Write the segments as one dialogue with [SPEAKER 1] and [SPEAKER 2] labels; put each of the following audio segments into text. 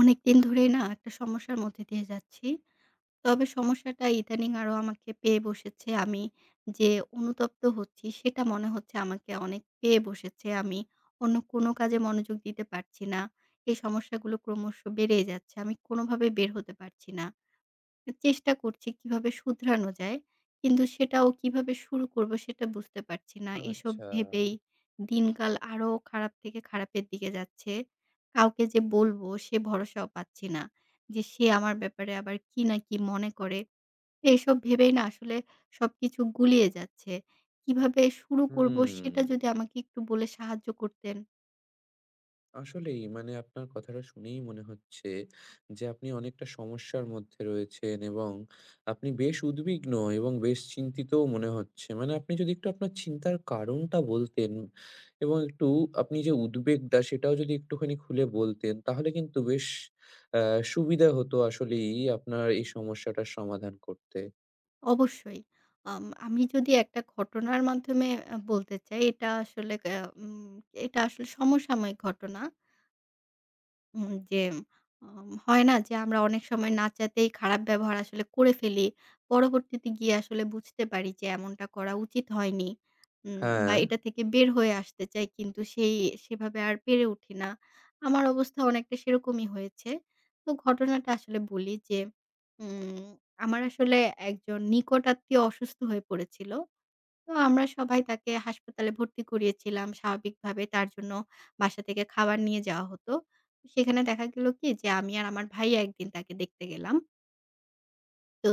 [SPEAKER 1] অনেকদিন ধরেই না একটা সমস্যার মধ্যে দিয়ে যাচ্ছি। তবে সমস্যাটা ইদানিং আরো আমাকে পেয়ে বসেছে। আমি যে অনুতপ্ত হচ্ছি সেটা মনে হচ্ছে আমাকে অনেক পেয়ে বসেছে। আমি অন্য কোনো কাজে মনোযোগ দিতে পারছি না। এই সমস্যাগুলো ক্রমশ বেড়েই যাচ্ছে। আমি কোনোভাবে বের হতে পারছি না। চেষ্টা করছি কিভাবে শুধরানো যায়। কিন্তু সেটাও কিভাবে শুরু করব সেটা বুঝতে পারছি না। এসব
[SPEAKER 2] আচ্ছা।
[SPEAKER 1] ভেবেই দিনকাল আরো খারাপ থেকে খারাপের দিকে যাচ্ছে। কাউকে যে বলবো সে ভরসাও পাচ্ছি না। যে সে আমার ব্যাপারে আবার কি না কি মনে করে। এসব ভেবেই না আসলে সবকিছু গুলিয়ে যাচ্ছে। কিভাবে শুরু করব
[SPEAKER 2] হুম,
[SPEAKER 1] সেটা যদি আমাকে একটু বলে সাহায্য করতেন।
[SPEAKER 2] আসলেই মানে আপনার কথাটা শুনেই মনে হচ্ছে যে আপনি অনেকটা সমস্যার মধ্যে রয়েছেন এবং আপনি বেশ উদ্বিগ্ন এবং বেশ চিন্তিতও মনে হচ্ছে। মানে আপনি যদি একটু আপনার চিন্তার কারণটা বলতেন এবং একটু আপনি যে উদ্বেগটা সেটাও যদি একটুখানি খুলে বলতেন তাহলে কিন্তু বেশ আ সুবিধা হতো আসলেই আপনার এই সমস্যাটার সমাধান করতে।
[SPEAKER 1] অবশ্যই। আমি যদি একটা ঘটনার মাধ্যমে বলতে চাই। উম এটা আসলে সমসাময়িক ঘটনা। উম যে উম হয় না যে আমরা অনেক সময় না চাইতেই খারাপ ব্যবহার আসলে করে ফেলি। পরবর্তীতে গিয়ে আসলে বুঝতে পারি যে এমনটা করা উচিত হয়নি। বা
[SPEAKER 2] হ্যাঁ,
[SPEAKER 1] এটা থেকে বের হয়ে আসতে চাই কিন্তু সেভাবে আর পেরে উঠি না। আমার অবস্থা অনেকটা সেরকমই হয়েছে। তো ঘটনাটা আসলে বলি যে উম আমার আসলে একজন নিকট আত্মীয় অসুস্থ হয়ে পড়েছিল। তো আমরা সবাই তাকে হাসপাতালে ভর্তি করিয়েছিলাম স্বাভাবিকভাবে। তার জন্য বাসা থেকে খাবার নিয়ে যাওয়া হতো। সেখানে দেখা গেল কি যে আমি আর আমার ভাই একদিন তাকে দেখতে গেলাম। তো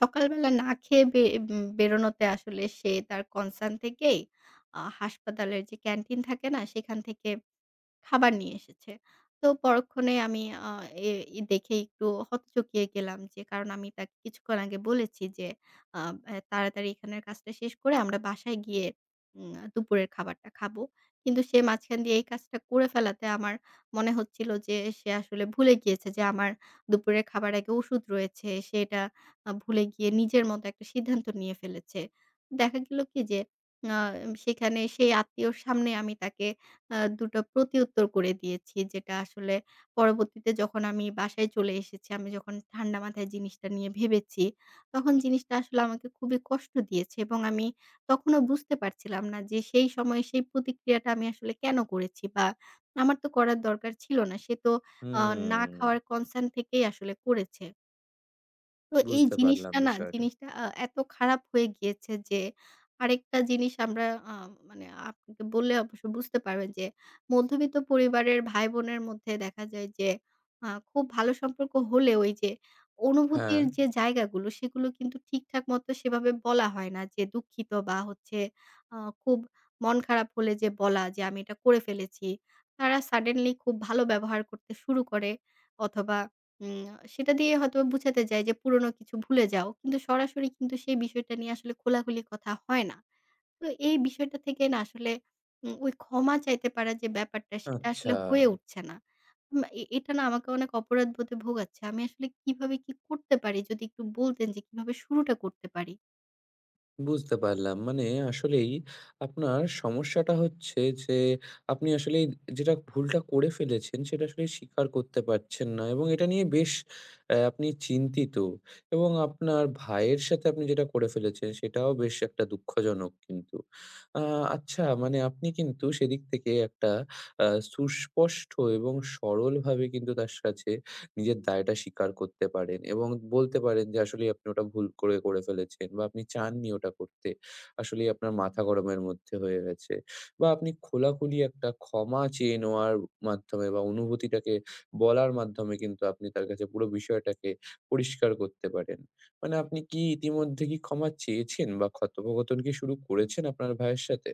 [SPEAKER 1] সকালবেলা না খেয়ে বে উম বেরোনোতে আসলে সে তার কনসার্ন থেকেই হাসপাতালের যে ক্যান্টিন থাকে না সেখান থেকে খাবার নিয়ে এসেছে। তো পরক্ষণে আমি আ এ ই দেখে একটু হকচকিয়ে গেলাম যে, কারণ আমি তাকে কিছুক্ষণ আগে বলেছি যে, আ অ্যা "তাড়াতাড়ি এখানের কাজটা শেষ করে আমরা বাসায় গিয়ে দুপুরের খাবারটা খাবো।" কিন্তু সে মাঝখান দিয়ে এই কাজটা করে ফেলাতে আমার মনে হচ্ছিল যে সে আসলে ভুলে গিয়েছে যে আমার দুপুরের খাবার আগে ওষুধ রয়েছে। সে এটা ভুলে গিয়ে নিজের মতো একটা সিদ্ধান্ত নিয়ে ফেলেছে। দেখা গেল কি যে আ সেখানে সেই আত্মীয়র সামনে আমি তাকে ২ টো প্রতিউত্তর করে দিয়েছি। যেটা আসলে পরবর্তীতে যখন আমি বাসায় চলে এসেছি, আমি যখন ঠান্ডা মাথায় জিনিসটা নিয়ে ভেবেছি, তখন জিনিসটা আসলে আমাকে খুবই কষ্ট দিয়েছে এবং আমি তখনও বুঝতে পারছিলাম না যে সেই সময়ে সেই প্রতিক্রিয়াটা আমি আসলে কেন করেছি, বা আমার তো করার দরকার ছিল না। সে তো আ না
[SPEAKER 2] হুম,
[SPEAKER 1] খাওয়ার কনসার্ন থেকেই আসলে করেছে। তো এই
[SPEAKER 2] বুঝতে পারলাম
[SPEAKER 1] জিনিসটা না
[SPEAKER 2] বিষয়টা।
[SPEAKER 1] জিনিসটা আ এত খারাপ হয়ে গিয়েছে যে আরেকটা জিনিস আমরা, আ মানে আপনাকে বললে অবশ্য বুঝতে পারবেন, যে মধ্যবিত্ত পরিবারের ভাই-বোনের মধ্যে দেখা যায় যে খুব ভালো সম্পর্ক হলেও ওই যে
[SPEAKER 2] হ্যাঁ,
[SPEAKER 1] অনুভূতির যে জায়গাগুলো সেগুলো কিন্তু ঠিকঠাক মতো সেভাবে বলা হয় না, যে দুঃখিত, বা হচ্ছে আ খুব মন খারাপ হলে যে বলা যে আমি এটা করে ফেলেছি। তারা সাডেনলি খুব ভালো ব্যবহার করতে শুরু করে, অথবা উম সেটা দিয়ে হয়তোবা বুঝাতে চায় যে পুরোনো কিছু ভুলে যাও। কিন্তু সরাসরি কিন্তু সেই বিষয়টা নিয়ে আসলে খোলাখুলি কথা হয় না। তো এই বিষয়টা থেকে না আসলে ওই ক্ষমা চাইতে পারা যে ব্যাপারটা সেটা আসলে
[SPEAKER 2] আচ্ছা।
[SPEAKER 1] হয়ে উঠছে না। উম এ এটা না আমাকে অনেক অপরাধবোধে ভোগাচ্ছে। আমি আসলে কিভাবে কি করতে পারি, যদি একটু বলতেন যে কিভাবে শুরুটা করতে পারি?
[SPEAKER 2] বুঝতে পারলাম। মানে আসলেই আপনার সমস্যাটা হচ্ছে যে, আপনি আসলেই যেটা ভুলটা করে ফেলেছেন, সেটা আসলে স্বীকার করতে পারছেন না এবং এটা নিয়ে বেশ আপনি চিন্তিত এবং আপনার ভাইয়ের সাথে আপনি যেটা করে ফেলেছেন, সেটাও বেশ একটা দুঃখজনক কিন্তু। আ আচ্ছা, মানে আপনি কিন্তু সেদিক থেকে একটা আ সুস্পষ্ট এবং সরলভাবে কিন্তু তার সাথে নিজের দায়টা স্বীকার করতে পারেন এবং বলতে পারেন যে আসলেই আপনি ওটা ভুল করে করে ফেলেছেন বা আপনি চাননি ওটা করতে। আসলেই আপনার মাথা গরমের মধ্যে হয়ে গেছে। বা আপনি খোলাখুলি একটা ক্ষমা চেয়ে নেওয়ার মাধ্যমে বা অনুভূতিটাকে বলার মাধ্যমে কিন্তু আপনি তার কাছে পুরো বিষয়টাকে পরিষ্কার করতে পারেন। মানে আপনি কি ইতিমধ্যে কি ক্ষমা চেয়েছেন বা কথোপকথন কি শুরু করেছেন আপনার ভাইয়ের সাথে?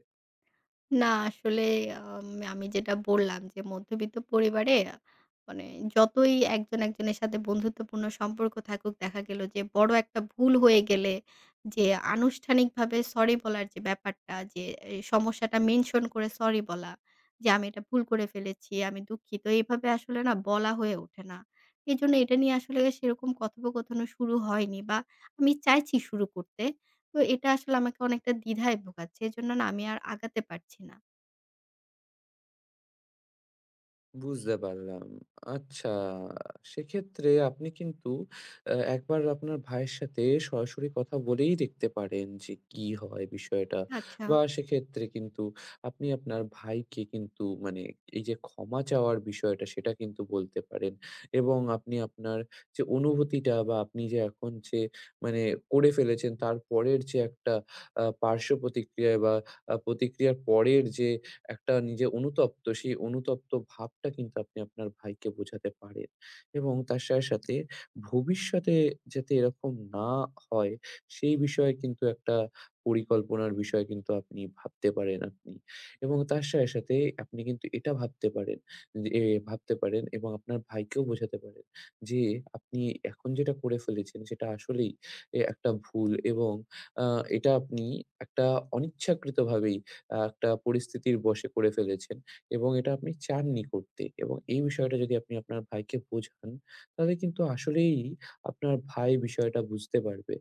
[SPEAKER 1] না আসলে আম আমি যেটা বললাম যে মধ্যবিত্ত পরিবারে, মানে যতই একজন একজনের সাথে বন্ধুত্বপূর্ণ সম্পর্ক থাকুক, দেখা গেল যে বড় একটা ভুল হয়ে গেলে যে আনুষ্ঠানিকভাবে সরি বলার যে ব্যাপারটা, যে এই সমস্যাটা মেনশন করে সরি বলা যে আমি এটা ভুল করে ফেলেছি, আমি দুঃখিত। এভাবে আসলে না বলা হয়ে ওঠে না। এজন্য এটা নিয়ে আসলে সেরকম কথোপকথনও শুরু হয়নি, বা আমি চাইছি শুরু করতে। তো এটা আসলে আমাকে অনেকটা দ্বিধায় ভোগাচ্ছে। এজন্য না আমি আর আগাতে পারছি না।
[SPEAKER 2] বুঝতে পারলাম। আচ্ছা, সেক্ষেত্রে আপনি কিন্তু একবার আপনার ভাইয়ের সাথে সরাসরি কথা বলেই দেখতে পারেন যে কি হয় বিষয়টা।
[SPEAKER 1] আচ্ছা।
[SPEAKER 2] বা সেক্ষেত্রে কিন্তু আপনি আপনার ভাইকে কিন্তু মানে এই যে ক্ষমা চাওয়ার বিষয়টা সেটা কিন্তু বলতে পারেন। এবং আপনি আপনার যে অনুভূতিটা বা আপনি যে এখন যে মানে করে ফেলেছেন তারপরের যে একটা পার্শ্ব প্রতিক্রিয়া বা প্রতিক্রিয়ার পরের যে একটা নিজে অনুতপ্ত, সেই অনুতপ্ত ভাবটা কিন্তু আপনি আপনার ভাইকে বোঝাতে পারেন এবং তার সাথে, সাথে ভবিষ্যতে যাতে এরকম না হয় সেই বিষয়ে কিন্তু একটা পরিকল্পনার বিষয় কিন্তু আপনি ভাবতে পারেন আপনি এবং তার সাথে, সাথে আপনি কিন্তু এটা ভাবতে পারেন যে ভাবতে পারেন এবং আপনার ভাইকেও বোঝাতে পারেন যে আপনি এখন যেটা করে ফেলেছেন সেটা আসলেই একটা ভুল এবং আ এটা আপনি একটা অনিচ্ছাকৃতভাবেই একটা পরিস্থিতির বশে করে ফেলেছেন এবং এটা আপনি চাননি করতে এবং এই বিষয়টা যদি আপনি আপনার ভাইকে বোঝান, তাহলে কিন্তু আসলেই আপনার ভাই বিষয়টা বুঝতে পারবে।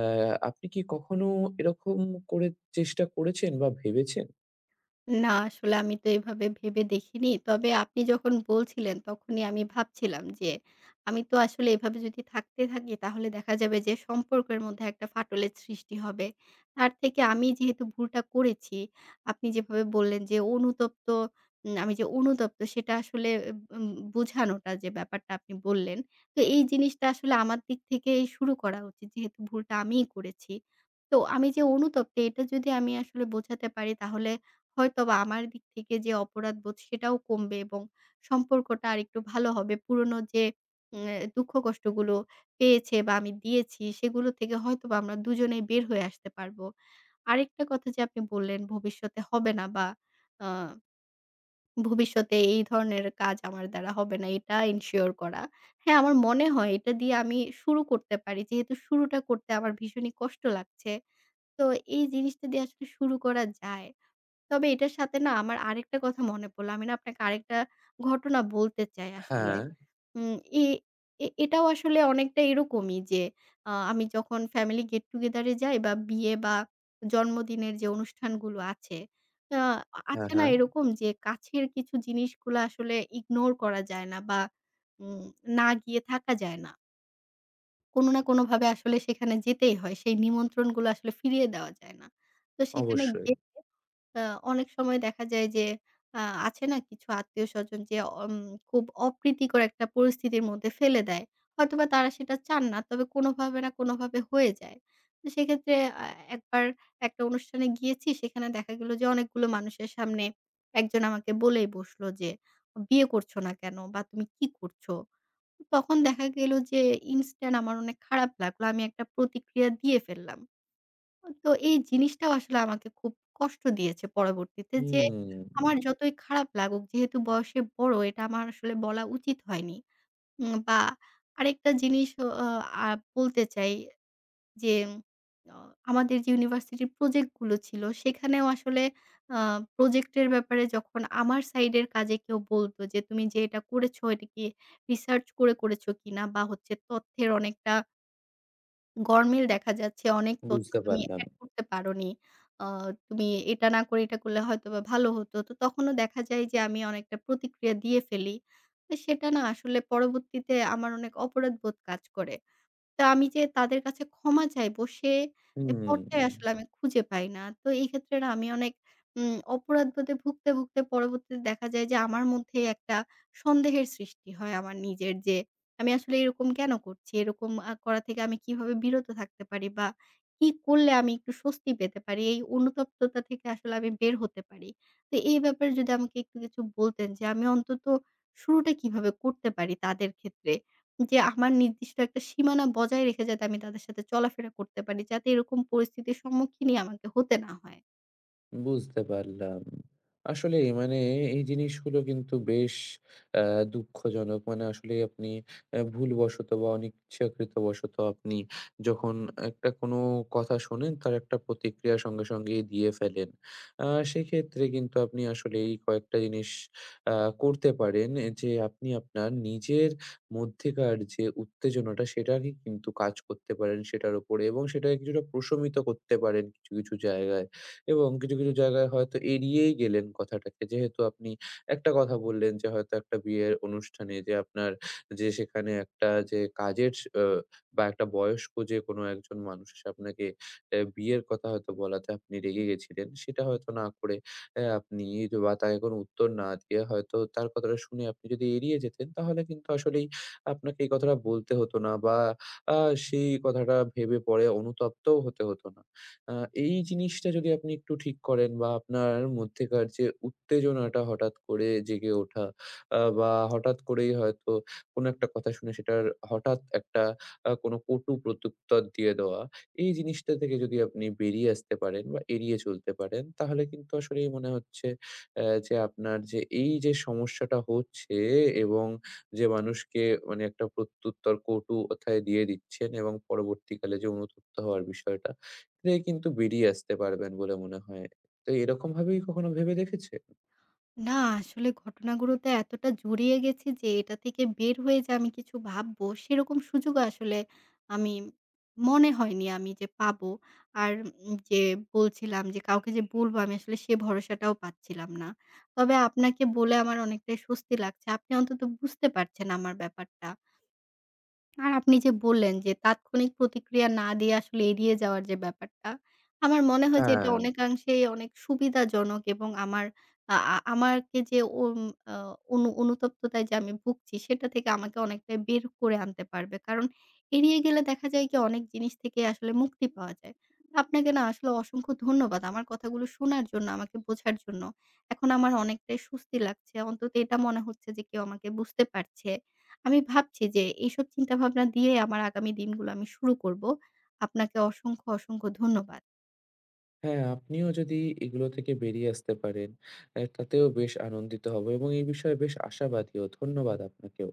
[SPEAKER 2] আ আপনি কি কখনো এরকম করে চেষ্টা করেছেন বা ভেবেছেন?
[SPEAKER 1] না, আসলে আমি তো এভাবে ভেবে দেখিনি। তবে আপনি যখন বলছিলেন, তখনই আমি ভাবছিলাম যে, আমি তো আসলে এভাবে যদি থাকতে থাকি, তাহলে দেখা যাবে যে সম্পর্কের মধ্যে একটা ফাটলের সৃষ্টি হবে। তার থেকে আমি যেহেতু ভুলটা করেছি, আপনি যেভাবে বললেন যে অনুতপ্ত উম আমি যে অনুতপ্ত, সেটা আসলে এব উম বোঝানোটা যে ব্যাপারটা আপনি বললেন। তো এই জিনিসটা আসলে আমার দিক থেকেই শুরু করা উচিত, যেহেতু ভুলটা আমিই করেছি। তো আমি যে অনুতপ্ত, এটা যদি আমি আসলে বোঝাতে পারি, তাহলে হয়তোবা আমার দিক থেকে যে অপরাধবোধ সেটাও কমবে, এবং সম্পর্কটা আরেকটু ভালো হবে। পুরনো যে উম দুঃখ কষ্টগুলো পেয়েছে বা আমি দিয়েছি সেগুলো থেকে হয়তোবা আমরা দুজনেই বের হয়ে আসতে পারবো। আরেকটা কথা যে আপনি বললেন ভবিষ্যতে হবে না, বা আ ভবিষ্যতে এই ধরনের কাজ আমার দ্বারা হবে না, এটা এনশিওর করা। হ্যাঁ, আমার মনে হয় এটা দিয়ে আমি শুরু করতে পারি। যেহেতু শুরুটা করতে আমার ভীষণই কষ্ট লাগছে। তো এই জিনিসটা দিয়ে আসলে শুরু করা যায়। তবে এটার সাথে না আমার আরেকটা কথা মনে পড়লো। আমি না আপনাকে আরেকটা ঘটনা বলতে চাই আসলে।
[SPEAKER 2] হ্যাঁ,
[SPEAKER 1] উম এ এ এটাও আসলে অনেকটা এরকমই যে আমি যখন ফ্যামিলি গেট টুগেদার এ যাই, বা বিয়ে, বা জন্মদিনের যে অনুষ্ঠানগুলো আছে, আ
[SPEAKER 2] হ্যাঁ,
[SPEAKER 1] আছে না
[SPEAKER 2] হ্যাঁ,
[SPEAKER 1] এরকম যে কাছের কিছু জিনিসগুলো আসলে ইগনোর করা যায় না, বা উম না গিয়ে থাকা যায় না। কোনো না কোনোভাবে আসলে সেখানে যেতেই হয়। সেই নিমন্ত্রণগুলো আসলে ফিরিয়ে দেওয়া যায় না। তো সেখানে
[SPEAKER 2] অবশ্যই।
[SPEAKER 1] গেলে আ অনেক সময় দেখা যায় যে, আ আছে না কিছু আত্মীয়স্বজন যে খুব অপ্রীতিকর একটা পরিস্থিতির মধ্যে ফেলে দেয়। হয়তোবা তারা সেটা চান না, তবে কোনোভাবে না কোনোভাবে হয়ে যায়। তো সেক্ষেত্রে আ একবার একটা অনুষ্ঠানে গিয়েছি, সেখানে দেখা গেল যে অনেকগুলো মানুষের সামনে একজন আমাকে বলেই বসলো যে, "বিয়ে করছো না কেন? বা তুমি কি করছো?" তখন দেখা গেল যে ইনস্ট্যান্ট আমার অনেক খারাপ লাগলো। আমি একটা প্রতিক্রিয়া দিয়ে ফেললাম। তো এই জিনিসটাও আসলে আমাকে খুব কষ্ট দিয়েছে পরবর্তীতে, যে
[SPEAKER 2] হুম,
[SPEAKER 1] আমার যতই খারাপ লাগুক, যেহেতু বয়সে বড়, এটা আমার আসলে বলা উচিত হয়নি। বা আরেকটা জিনিস অ আ বলতে চাই, যে অ আমাদের যে ইউনিভার্সিটির প্রজেক্ট গুলো ছিল, সেখানেও আসলে আ প্রজেক্টের ব্যাপারে যখন আমার সাইডের কাজে কেউ বলত যে, "তুমি যে এটা করেছো এটা কি রিসার্চ করে করেছো কিনা, বা হচ্ছে তথ্যের অনেকটা গরমিল দেখা যাচ্ছে, অনেক তথ্য
[SPEAKER 2] বুঝতে
[SPEAKER 1] তুমি
[SPEAKER 2] পারলাম।
[SPEAKER 1] এড করতে পারোনি। আ তুমি এটা না করে এটা করলে হয়তোবা ভালো হতো।" তো তখনও দেখা যায় যে আমি অনেকটা প্রতিক্রিয়া দিয়ে ফেলি। তো সেটা না আসলে পরবর্তীতে আমার অনেক অপরাধবোধ কাজ করে। তা আমি যে তাদের কাছে ক্ষমা চাইবো, এ
[SPEAKER 2] হুম।
[SPEAKER 1] পথটাই আসলে আমি খুঁজে পাই না। তো এই ক্ষেত্রে না আমি অনেক অপরাধবোধে ভুগতে, ভুগতে পরবর্তীতে দেখা যায় যে আমার মধ্যেই একটা সন্দেহের সৃষ্টি হয়, আমার নিজের, যে আমি আসলে এরকম কেন করছি? এরকম করা থেকে আমি কিভাবে বিরত থাকতে পারি? বা কি করলে আমি একটু স্বস্তি পেতে পারি? এই অনুতপ্ততা থেকে আসলে আমি বের হতে পারি। তো এই ব্যাপারে যদি আমাকে একটু কিছু বলতেন যে আমি অন্তত শুরুটা কিভাবে করতে পারি তাদের ক্ষেত্রে? যে আমার নির্দিষ্ট একটা সীমানা বজায় রেখে যাতে আমি তাদের সাথে চলাফেরা করতে পারি। যাতে এরকম পরিস্থিতির সম্মুখীনই আমাকে হতে না হয়।
[SPEAKER 2] বুঝতে পারলাম। আসলেই মানে এই জিনিসগুলো কিন্তু বেশ আ দুঃখজনক। মানে আসলেই আপনি ভুলবশত বা অনিচ্ছাকৃতবশত আপনি যখন একটা কোনো কথা শোনেন তার একটা প্রতিক্রিয়া সঙ্গে সঙ্গেই দিয়ে ফেলেন। আ সেক্ষেত্রে কিন্তু আপনি আসলেই কয়েকটা জিনিস আ করতে পারেন যে আপনি আপনার নিজের মধ্যেকার যে উত্তেজনাটা সেটাকে কিন্তু কাজ করতে পারেন সেটার উপরে এবং সেটাকে কিছুটা প্রশমিত করতে পারেন কিছু, কিছু জায়গায়। এবং কিছু, কিছু জায়গায় হয়তো এড়িয়েই গেলেন কথাটাকে। যেহেতু আপনি একটা কথা বললেন যে হয়তো একটা বিয়ের অনুষ্ঠানে যে আপনার যে সেখানে একটা যে কাজের স আ বা একটা বয়স্ক যে কোনো একজন মানুষ এসে আপনাকে এ বিয়ের কথা হয়তো বলাতে আপনি রেগে গেছিলেন। সেটা হয়তো না করে আপনি যে বা তাকে কোনো উত্তর না দিয়ে হয়তো তার কথাটা শুনে আপনি যদি এড়িয়ে যেতেন তাহলে কিন্তু আসলেই আপনাকে এই কথাটা বলতে হতো না বা আ সেই কথাটা ভেবে পরে অনুতপ্তও হতে হতো না। আ এই জিনিসটা যদি আপনি একটু ঠিক করেন বা আপনার মধ্যেকার যে উত্তেজনাটা হঠাৎ করে জেগে ওঠা বা হঠাৎ করেই হয়তো কোনো একটা কথা শুনে সেটার হঠাৎ একটা কোনো কটু প্রত্যুত্তর দিয়ে দেওয়া, এই জিনিসটা থেকে যদি আপনি বেরিয়ে আসতে পারেন বা এড়িয়ে চলতে পারেন, তাহলে কিন্তু আসলেই মনে হচ্ছে যে আপনার যে এই যে সমস্যাটা হচ্ছে এবং যে মানুষকে মানে একটা প্রত্যুত্তর কটু কথায় দিয়ে দিচ্ছেন এবং পরবর্তীকালে যে অনুতপ্ত হওয়ার বিষয়টা ক্ষেত্রে কিন্তু বেরিয়ে আসতে পারবেন বলে মনে হয়। তো এরকম ভাবেই কখনো ভেবে দেখেছেন?
[SPEAKER 1] না আসলে ঘটনাগুলোতে এতটা জড়িয়ে গেছি যে এটা থেকে বের হয়ে যে আমি কিছু ভাববো সেরকম সুযোগও আসলে আমি মনে হয়নি আমি যে পাবো। আর যে বলছিলাম যে কাউকে যে বলবো আমি, আসলে সে ভরসাটাও পাচ্ছিলাম না। তবে আপনাকে বলে আমার অনেকটাই স্বস্তি লাগছে। আপনি অন্তত বুঝতে পারছেন আমার ব্যাপারটা। আর আপনি যে বললেন যে তাৎক্ষণিক প্রতিক্রিয়া না দিয়ে আসলে এড়িয়ে যাওয়ার যে ব্যাপারটা, আমার মনে হয় যে এটা
[SPEAKER 2] হ্যাঁ,
[SPEAKER 1] অনেকাংশেই অনেক সুবিধাজনক, এবং আমার আ আ আমাকে যে ওম আ অনুতপ্ততায় যে আমি ভুগছি সেটা থেকে আমাকে অনেকটাই বের করে আনতে পারবে। কারণ এড়িয়ে গেলে দেখা যায় কি অনেক জিনিস থেকে আসলে মুক্তি পাওয়া যায়। তো আপনাকে না আসলে অসংখ্য ধন্যবাদ আমার কথাগুলো শোনার জন্য, আমাকে বোঝার জন্য। এখন আমার অনেকটাই স্বস্তি লাগছে। অন্তত এটা মনে হচ্ছে যে কেউ আমাকে বুঝতে পারছে। আমি ভাবছি যে এইসব চিন্তাভাবনা দিয়ে আমার আগামী দিনগুলো আমি শুরু করব। আপনাকে অসংখ্য, অসংখ্য ধন্যবাদ।
[SPEAKER 2] হ্যাঁ, আপনিও যদি এগুলো থেকে বেরিয়ে আসতে পারেন, তাতেও বেশ আনন্দিত হব এবং এই বিষয়ে বেশ আশাবাদীও। ধন্যবাদ আপনাকেও।